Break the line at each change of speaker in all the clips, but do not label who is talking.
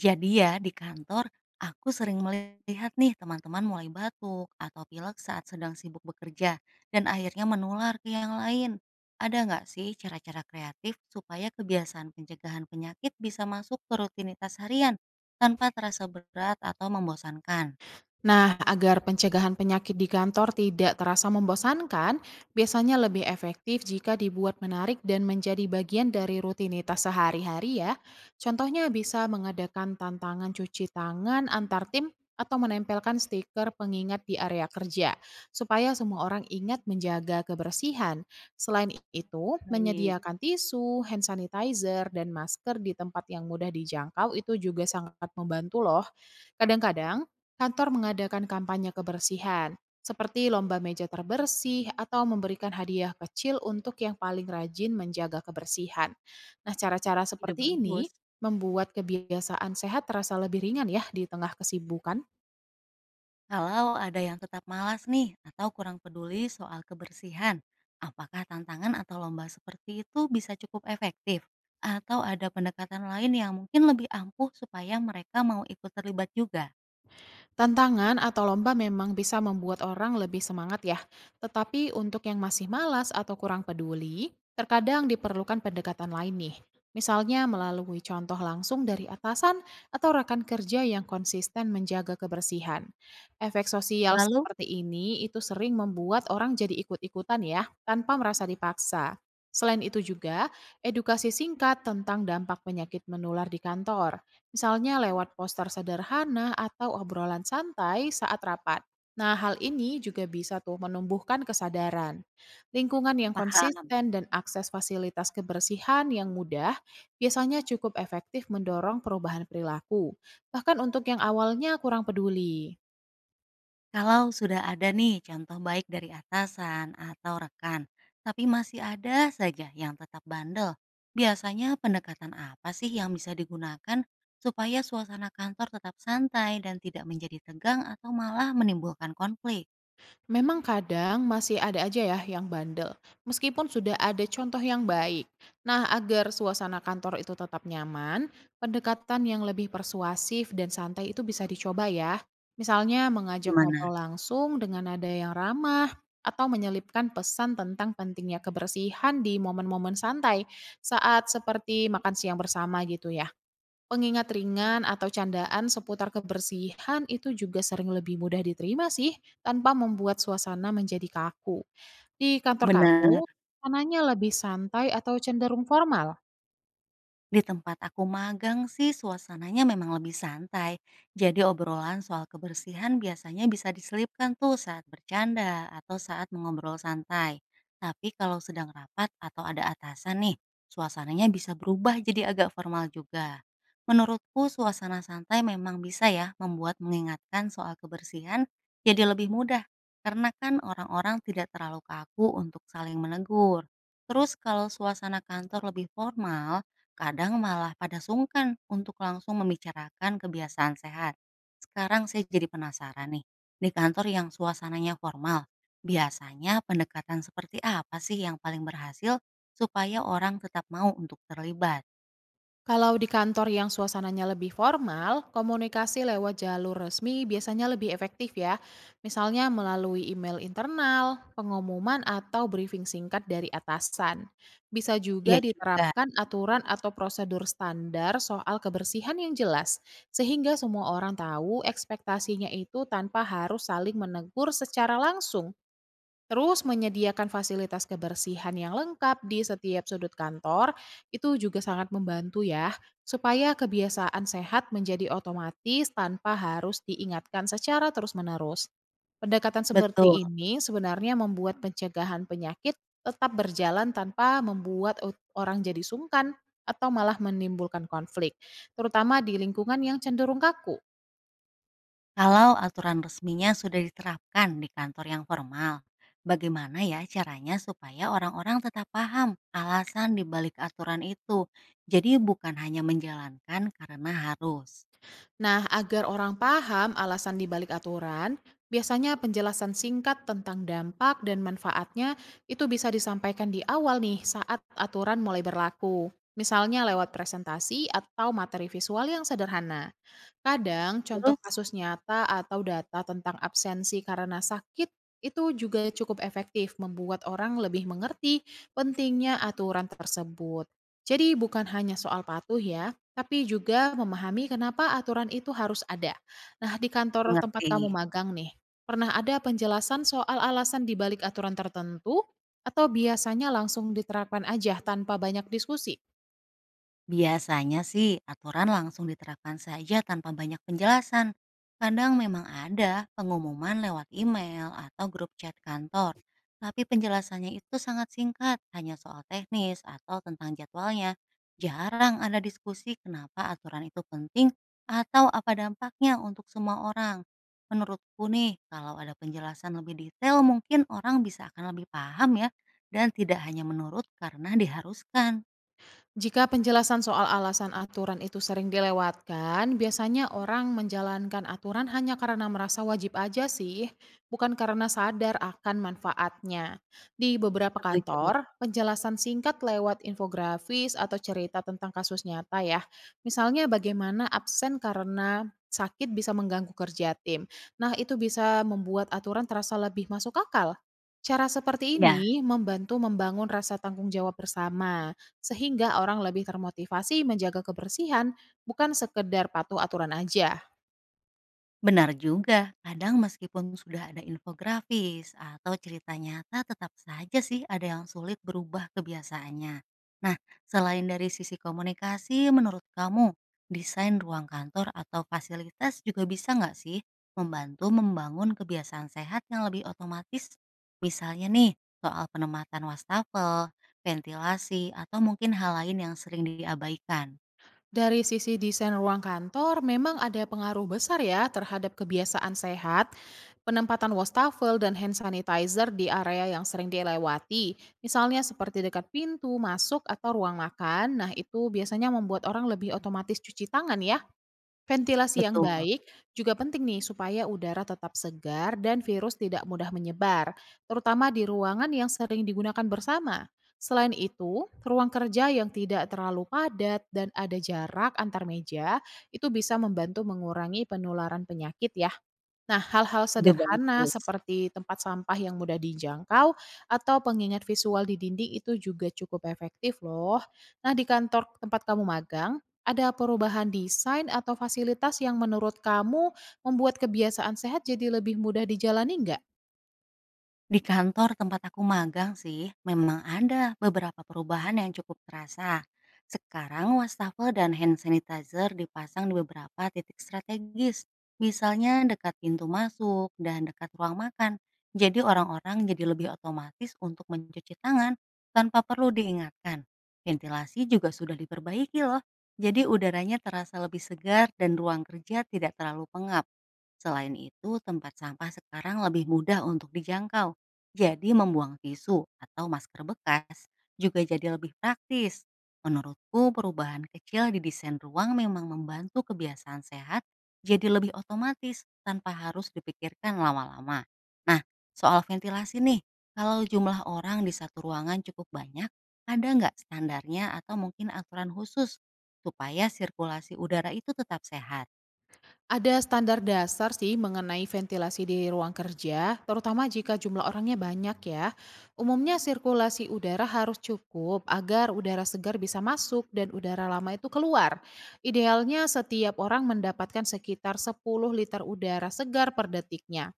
Jadi ya di kantor aku sering melihat nih teman-teman mulai batuk atau pilek saat sedang sibuk bekerja dan akhirnya menular ke yang lain. Ada nggak sih cara-cara kreatif supaya kebiasaan pencegahan penyakit bisa masuk ke rutinitas harian tanpa terasa berat atau membosankan?
Nah, agar pencegahan penyakit di kantor tidak terasa membosankan, biasanya lebih efektif jika dibuat menarik dan menjadi bagian dari rutinitas sehari-hari ya. Contohnya bisa mengadakan tantangan cuci tangan antar tim atau menempelkan stiker pengingat di area kerja, supaya semua orang ingat menjaga kebersihan. Selain itu,
Baik,
menyediakan tisu, hand sanitizer, dan masker di tempat yang mudah dijangkau itu juga sangat membantu loh. Kadang-kadang, kantor mengadakan kampanye kebersihan, seperti lomba meja terbersih atau memberikan hadiah kecil untuk yang paling rajin menjaga kebersihan. Nah, cara-cara
ide
seperti
bagus.
ini membuat kebiasaan sehat terasa lebih ringan ya di tengah kesibukan.
Kalau ada yang tetap malas nih atau kurang peduli soal kebersihan, apakah tantangan atau lomba seperti itu bisa cukup efektif? Atau ada pendekatan lain yang mungkin lebih ampuh supaya mereka mau ikut terlibat juga?
Tantangan atau lomba memang bisa membuat orang lebih semangat ya, tetapi untuk yang masih malas atau kurang peduli, terkadang diperlukan pendekatan lain nih. Misalnya melalui contoh langsung dari atasan atau rekan kerja yang konsisten menjaga kebersihan. Efek sosial
Lalu,
seperti ini itu sering membuat orang jadi ikut-ikutan ya, tanpa merasa dipaksa. Selain itu juga, edukasi singkat tentang dampak penyakit menular di kantor misalnya lewat poster sederhana atau obrolan santai saat rapat. Nah, hal ini juga bisa tuh menumbuhkan kesadaran. Lingkungan yang
paham.
konsisten dan akses fasilitas kebersihan yang mudah biasanya cukup efektif mendorong perubahan perilaku, bahkan untuk yang awalnya kurang peduli.
Kalau sudah ada nih contoh baik dari atasan atau rekan, tapi masih ada saja yang tetap bandel, biasanya pendekatan apa sih yang bisa digunakan supaya suasana kantor tetap santai dan tidak menjadi tegang atau malah menimbulkan konflik?
Memang kadang masih ada aja ya yang bandel, meskipun sudah ada contoh yang baik. Nah, agar suasana kantor itu tetap nyaman, pendekatan yang lebih persuasif dan santai itu bisa dicoba ya. Misalnya mengajak
Gimana?
ngobrol langsung dengan nada yang ramah, atau menyelipkan pesan tentang pentingnya kebersihan di momen-momen santai saat seperti makan siang bersama gitu ya. Pengingat ringan atau candaan seputar kebersihan itu juga sering lebih mudah diterima sih, tanpa membuat suasana menjadi kaku. Di kantor
Benar.
kamu, suasananya lebih santai atau cenderung formal?
Di tempat aku magang sih suasananya memang lebih santai, jadi obrolan soal kebersihan biasanya bisa diselipkan tuh saat bercanda atau saat mengobrol santai. Tapi kalau sedang rapat atau ada atasan nih, suasananya bisa berubah jadi agak formal juga. Menurutku suasana santai memang bisa ya membuat mengingatkan soal kebersihan jadi lebih mudah, karena kan orang-orang tidak terlalu kaku untuk saling menegur. Terus kalau suasana kantor lebih formal, kadang malah pada sungkan untuk langsung membicarakan kebiasaan sehat. Sekarang saya jadi penasaran nih, di kantor yang suasananya formal, biasanya pendekatan seperti apa sih yang paling berhasil supaya orang tetap mau untuk terlibat?
Kalau di kantor yang suasananya lebih formal, komunikasi lewat jalur resmi biasanya lebih efektif ya. Misalnya melalui email internal, pengumuman atau briefing singkat dari atasan. Bisa
Iya
juga
juga,
diterapkan aturan atau prosedur standar soal kebersihan yang jelas, sehingga semua orang tahu ekspektasinya itu tanpa harus saling menegur secara langsung. Terus menyediakan fasilitas kebersihan yang lengkap di setiap sudut kantor, itu juga sangat membantu ya, supaya kebiasaan sehat menjadi otomatis tanpa harus diingatkan secara terus-menerus. Pendekatan
betul.
seperti ini sebenarnya membuat pencegahan penyakit tetap berjalan tanpa membuat orang jadi sungkan atau malah menimbulkan konflik, terutama di lingkungan yang cenderung kaku.
Kalau aturan resminya sudah diterapkan di kantor yang formal, bagaimana ya caranya supaya orang-orang tetap paham alasan di balik aturan itu? Jadi bukan hanya menjalankan karena harus.
Nah, agar orang paham alasan dibalik aturan, biasanya penjelasan singkat tentang dampak dan manfaatnya itu bisa disampaikan di awal nih saat aturan mulai berlaku. Misalnya lewat presentasi atau materi visual yang sederhana. Kadang contoh
Terus
kasus nyata atau data tentang absensi karena sakit itu juga cukup efektif membuat orang lebih mengerti pentingnya aturan tersebut. Jadi bukan hanya soal patuh ya, tapi juga memahami kenapa aturan itu harus ada. Nah, di kantor tempat
mengerti.
kamu magang nih, pernah ada penjelasan soal alasan dibalik aturan tertentu atau biasanya langsung diterapkan aja tanpa banyak diskusi?
Biasanya sih aturan langsung diterapkan saja tanpa banyak penjelasan. Kadang memang ada pengumuman lewat email atau grup chat kantor, tapi penjelasannya itu sangat singkat, hanya soal teknis atau tentang jadwalnya. Jarang ada diskusi kenapa aturan itu penting atau apa dampaknya untuk semua orang. Menurutku nih, kalau ada penjelasan lebih detail mungkin orang bisa akan lebih paham ya, dan tidak hanya menurut karena diharuskan.
Jika penjelasan soal alasan aturan itu sering dilewatkan, biasanya orang menjalankan aturan hanya karena merasa wajib aja sih, bukan karena sadar akan manfaatnya. Di beberapa
Setuju.
kantor, penjelasan singkat lewat infografis atau cerita tentang kasus nyata ya. Misalnya bagaimana absen karena sakit bisa mengganggu kerja tim. Nah, itu bisa membuat aturan terasa lebih masuk akal. Cara seperti
Ya,
ini membantu membangun rasa tanggung jawab bersama sehingga orang lebih termotivasi menjaga kebersihan, bukan sekedar patuh aturan aja.
benar juga, kadang meskipun sudah ada infografis atau cerita nyata tetap saja sih ada yang sulit berubah kebiasaannya. Nah, selain dari sisi komunikasi, menurut kamu desain ruang kantor atau fasilitas juga bisa nggak sih membantu membangun kebiasaan sehat yang lebih otomatis? Misalnya nih, soal penempatan wastafel, ventilasi, atau mungkin hal lain yang sering diabaikan.
Dari sisi desain ruang kantor, memang ada pengaruh besar ya terhadap kebiasaan sehat, penempatan wastafel dan hand sanitizer di area yang sering dilewati. Misalnya seperti dekat pintu masuk atau ruang makan, nah itu biasanya membuat orang lebih otomatis cuci tangan ya. Ventilasi yang
Betul,
baik juga penting nih supaya udara tetap segar dan virus tidak mudah menyebar, terutama di ruangan yang sering digunakan bersama. Selain itu, ruang kerja yang tidak terlalu padat dan ada jarak antar meja itu bisa membantu mengurangi penularan penyakit ya. Nah, hal-hal
ide
sederhana
bagus.
seperti tempat sampah yang mudah dijangkau atau pengingat visual di dinding itu juga cukup efektif loh. Nah, di kantor tempat kamu magang, ada perubahan desain atau fasilitas yang menurut kamu membuat kebiasaan sehat jadi lebih mudah dijalani nggak?
Di kantor tempat aku magang sih, memang ada beberapa perubahan yang cukup terasa. Sekarang wastafel dan hand sanitizer dipasang di beberapa titik strategis, misalnya dekat pintu masuk dan dekat ruang makan. Jadi orang-orang jadi lebih otomatis untuk mencuci tangan tanpa perlu diingatkan. Ventilasi juga sudah diperbaiki loh, jadi udaranya terasa lebih segar dan ruang kerja tidak terlalu pengap. Selain itu, tempat sampah sekarang lebih mudah untuk dijangkau jadi membuang tisu atau masker bekas juga jadi lebih praktis. Menurutku perubahan kecil di desain ruang memang membantu kebiasaan sehat jadi lebih otomatis tanpa harus dipikirkan lama-lama. Nah, soal ventilasi nih, kalau jumlah orang di satu ruangan cukup banyak, ada nggak standarnya atau mungkin aturan khusus supaya sirkulasi udara itu tetap sehat?
Ada standar dasar sih mengenai ventilasi di ruang kerja, terutama jika jumlah orangnya banyak ya. Umumnya sirkulasi udara harus cukup agar udara segar bisa masuk dan udara lama itu keluar. Idealnya setiap orang mendapatkan sekitar 10 liter udara segar per detiknya.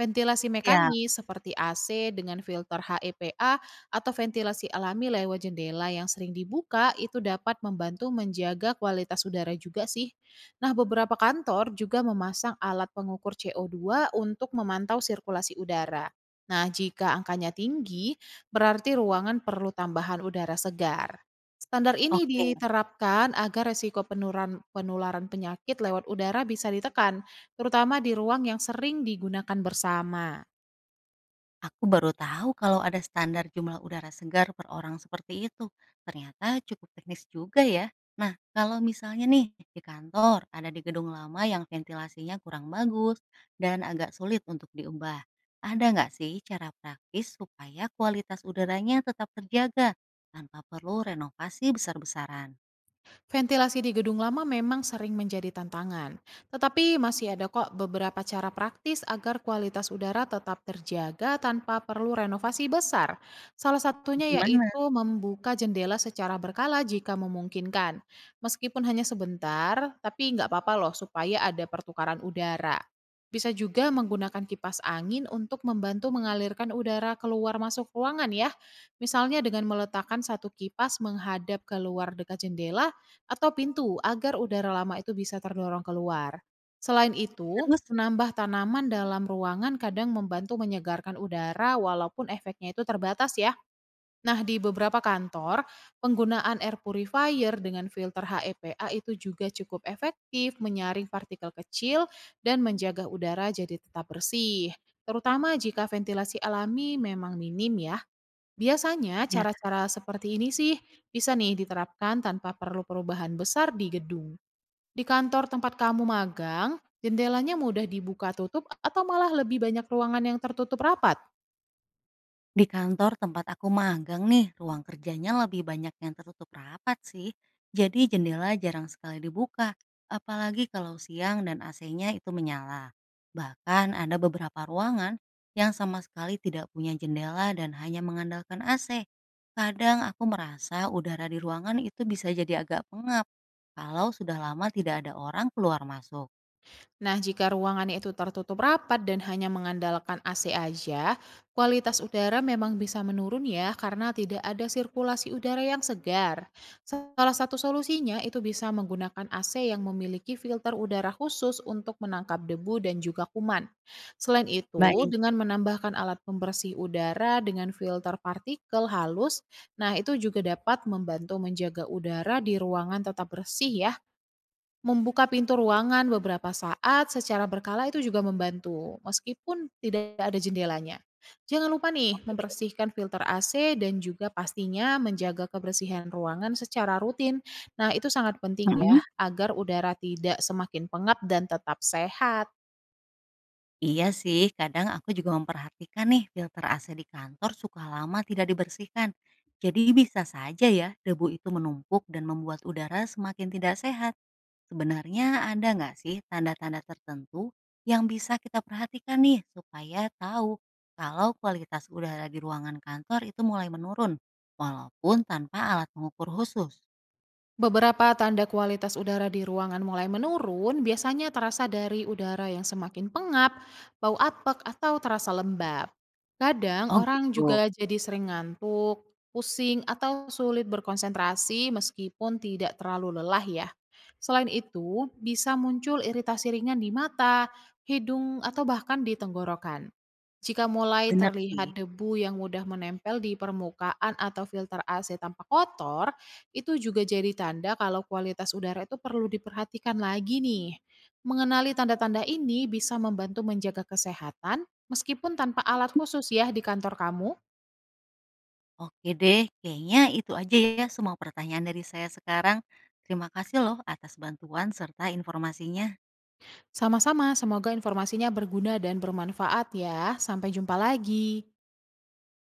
Ventilasi
Ya,
mekanis seperti AC dengan filter HEPA atau ventilasi alami lewat jendela yang sering dibuka itu dapat membantu menjaga kualitas udara juga sih. Nah, beberapa kantor juga memasang alat pengukur CO2 untuk memantau sirkulasi udara. Nah, jika angkanya tinggi, berarti ruangan perlu tambahan udara segar. Standar ini
oke,
diterapkan agar resiko penularan penyakit lewat udara bisa ditekan. Terutama di ruang yang sering digunakan bersama.
aku baru tahu kalau ada standar jumlah udara segar per orang seperti itu. Ternyata cukup teknis juga ya. Nah, kalau misalnya nih di kantor ada di gedung lama yang ventilasinya kurang bagus dan agak sulit untuk diubah. Ada nggak sih cara praktis supaya kualitas udaranya tetap terjaga tanpa perlu renovasi besar-besaran?
Ventilasi di gedung lama memang sering menjadi tantangan, tetapi masih ada kok beberapa cara praktis agar kualitas udara tetap terjaga tanpa perlu renovasi besar. Salah satunya
Gimana?
yaitu membuka jendela secara berkala jika memungkinkan. Meskipun hanya sebentar, tapi nggak apa-apa loh supaya ada pertukaran udara. Bisa juga menggunakan kipas angin untuk membantu mengalirkan udara keluar masuk ruangan ya. Misalnya dengan meletakkan satu kipas menghadap keluar dekat jendela atau pintu, agar udara lama itu bisa terdorong keluar. Selain itu,
Terus?
menambah tanaman dalam ruangan kadang membantu menyegarkan udara walaupun efeknya itu terbatas ya. Nah, di beberapa kantor, penggunaan air purifier dengan filter HEPA itu juga cukup efektif menyaring partikel kecil dan menjaga udara jadi tetap bersih, terutama jika ventilasi alami memang minim ya. Biasanya cara-cara seperti ini sih bisa nih diterapkan tanpa perlu perubahan besar di gedung. Di kantor tempat kamu magang, jendelanya mudah dibuka tutup atau malah lebih banyak ruangan yang tertutup rapat?
Di kantor tempat aku magang nih, ruang kerjanya lebih banyak yang tertutup rapat sih. Jadi jendela jarang sekali dibuka, apalagi kalau siang dan AC-nya itu menyala. Bahkan ada beberapa ruangan yang sama sekali tidak punya jendela dan hanya mengandalkan AC. Kadang aku merasa udara di ruangan itu bisa jadi agak pengap kalau sudah lama tidak ada orang keluar masuk.
Nah, jika ruangannya itu tertutup rapat dan hanya mengandalkan AC aja, kualitas udara memang bisa menurun ya karena tidak ada sirkulasi udara yang segar. Salah satu solusinya itu bisa menggunakan AC yang memiliki filter udara khusus untuk menangkap debu dan juga kuman. Selain itu,
Baik.
dengan menambahkan alat pembersih udara dengan filter partikel halus, nah itu juga dapat membantu menjaga udara di ruangan tetap bersih ya. Membuka pintu ruangan beberapa saat secara berkala itu juga membantu, meskipun tidak ada jendelanya. Jangan lupa nih, membersihkan filter AC dan juga pastinya menjaga kebersihan ruangan secara rutin. Nah, itu sangat penting ya, agar udara tidak semakin pengap dan tetap sehat.
Iya sih, kadang aku juga memperhatikan nih filter AC di kantor suka lama tidak dibersihkan. Jadi bisa saja ya debu itu menumpuk dan membuat udara semakin tidak sehat. Sebenarnya ada nggak sih tanda-tanda tertentu yang bisa kita perhatikan nih supaya tahu kalau kualitas udara di ruangan kantor itu mulai menurun walaupun tanpa alat pengukur khusus.
Beberapa tanda kualitas udara di ruangan mulai menurun biasanya terasa dari udara yang semakin pengap, bau apek, atau terasa lembab. Kadang
Oh
orang
gitu,
juga jadi sering ngantuk, pusing, atau sulit berkonsentrasi meskipun tidak terlalu lelah ya. Selain itu, bisa muncul iritasi ringan di mata, hidung, atau bahkan di tenggorokan. Jika mulai
benar sih.
terlihat debu yang mudah menempel di permukaan atau filter AC tanpa kotor, itu juga jadi tanda kalau kualitas udara itu perlu diperhatikan lagi nih. Mengenali tanda-tanda ini bisa membantu menjaga kesehatan meskipun tanpa alat khusus ya di kantor kamu.
Oke deh, kayaknya itu aja ya semua pertanyaan dari saya sekarang. Terima kasih loh atas bantuan serta informasinya.
Sama-sama, semoga informasinya berguna dan bermanfaat ya. Sampai jumpa lagi.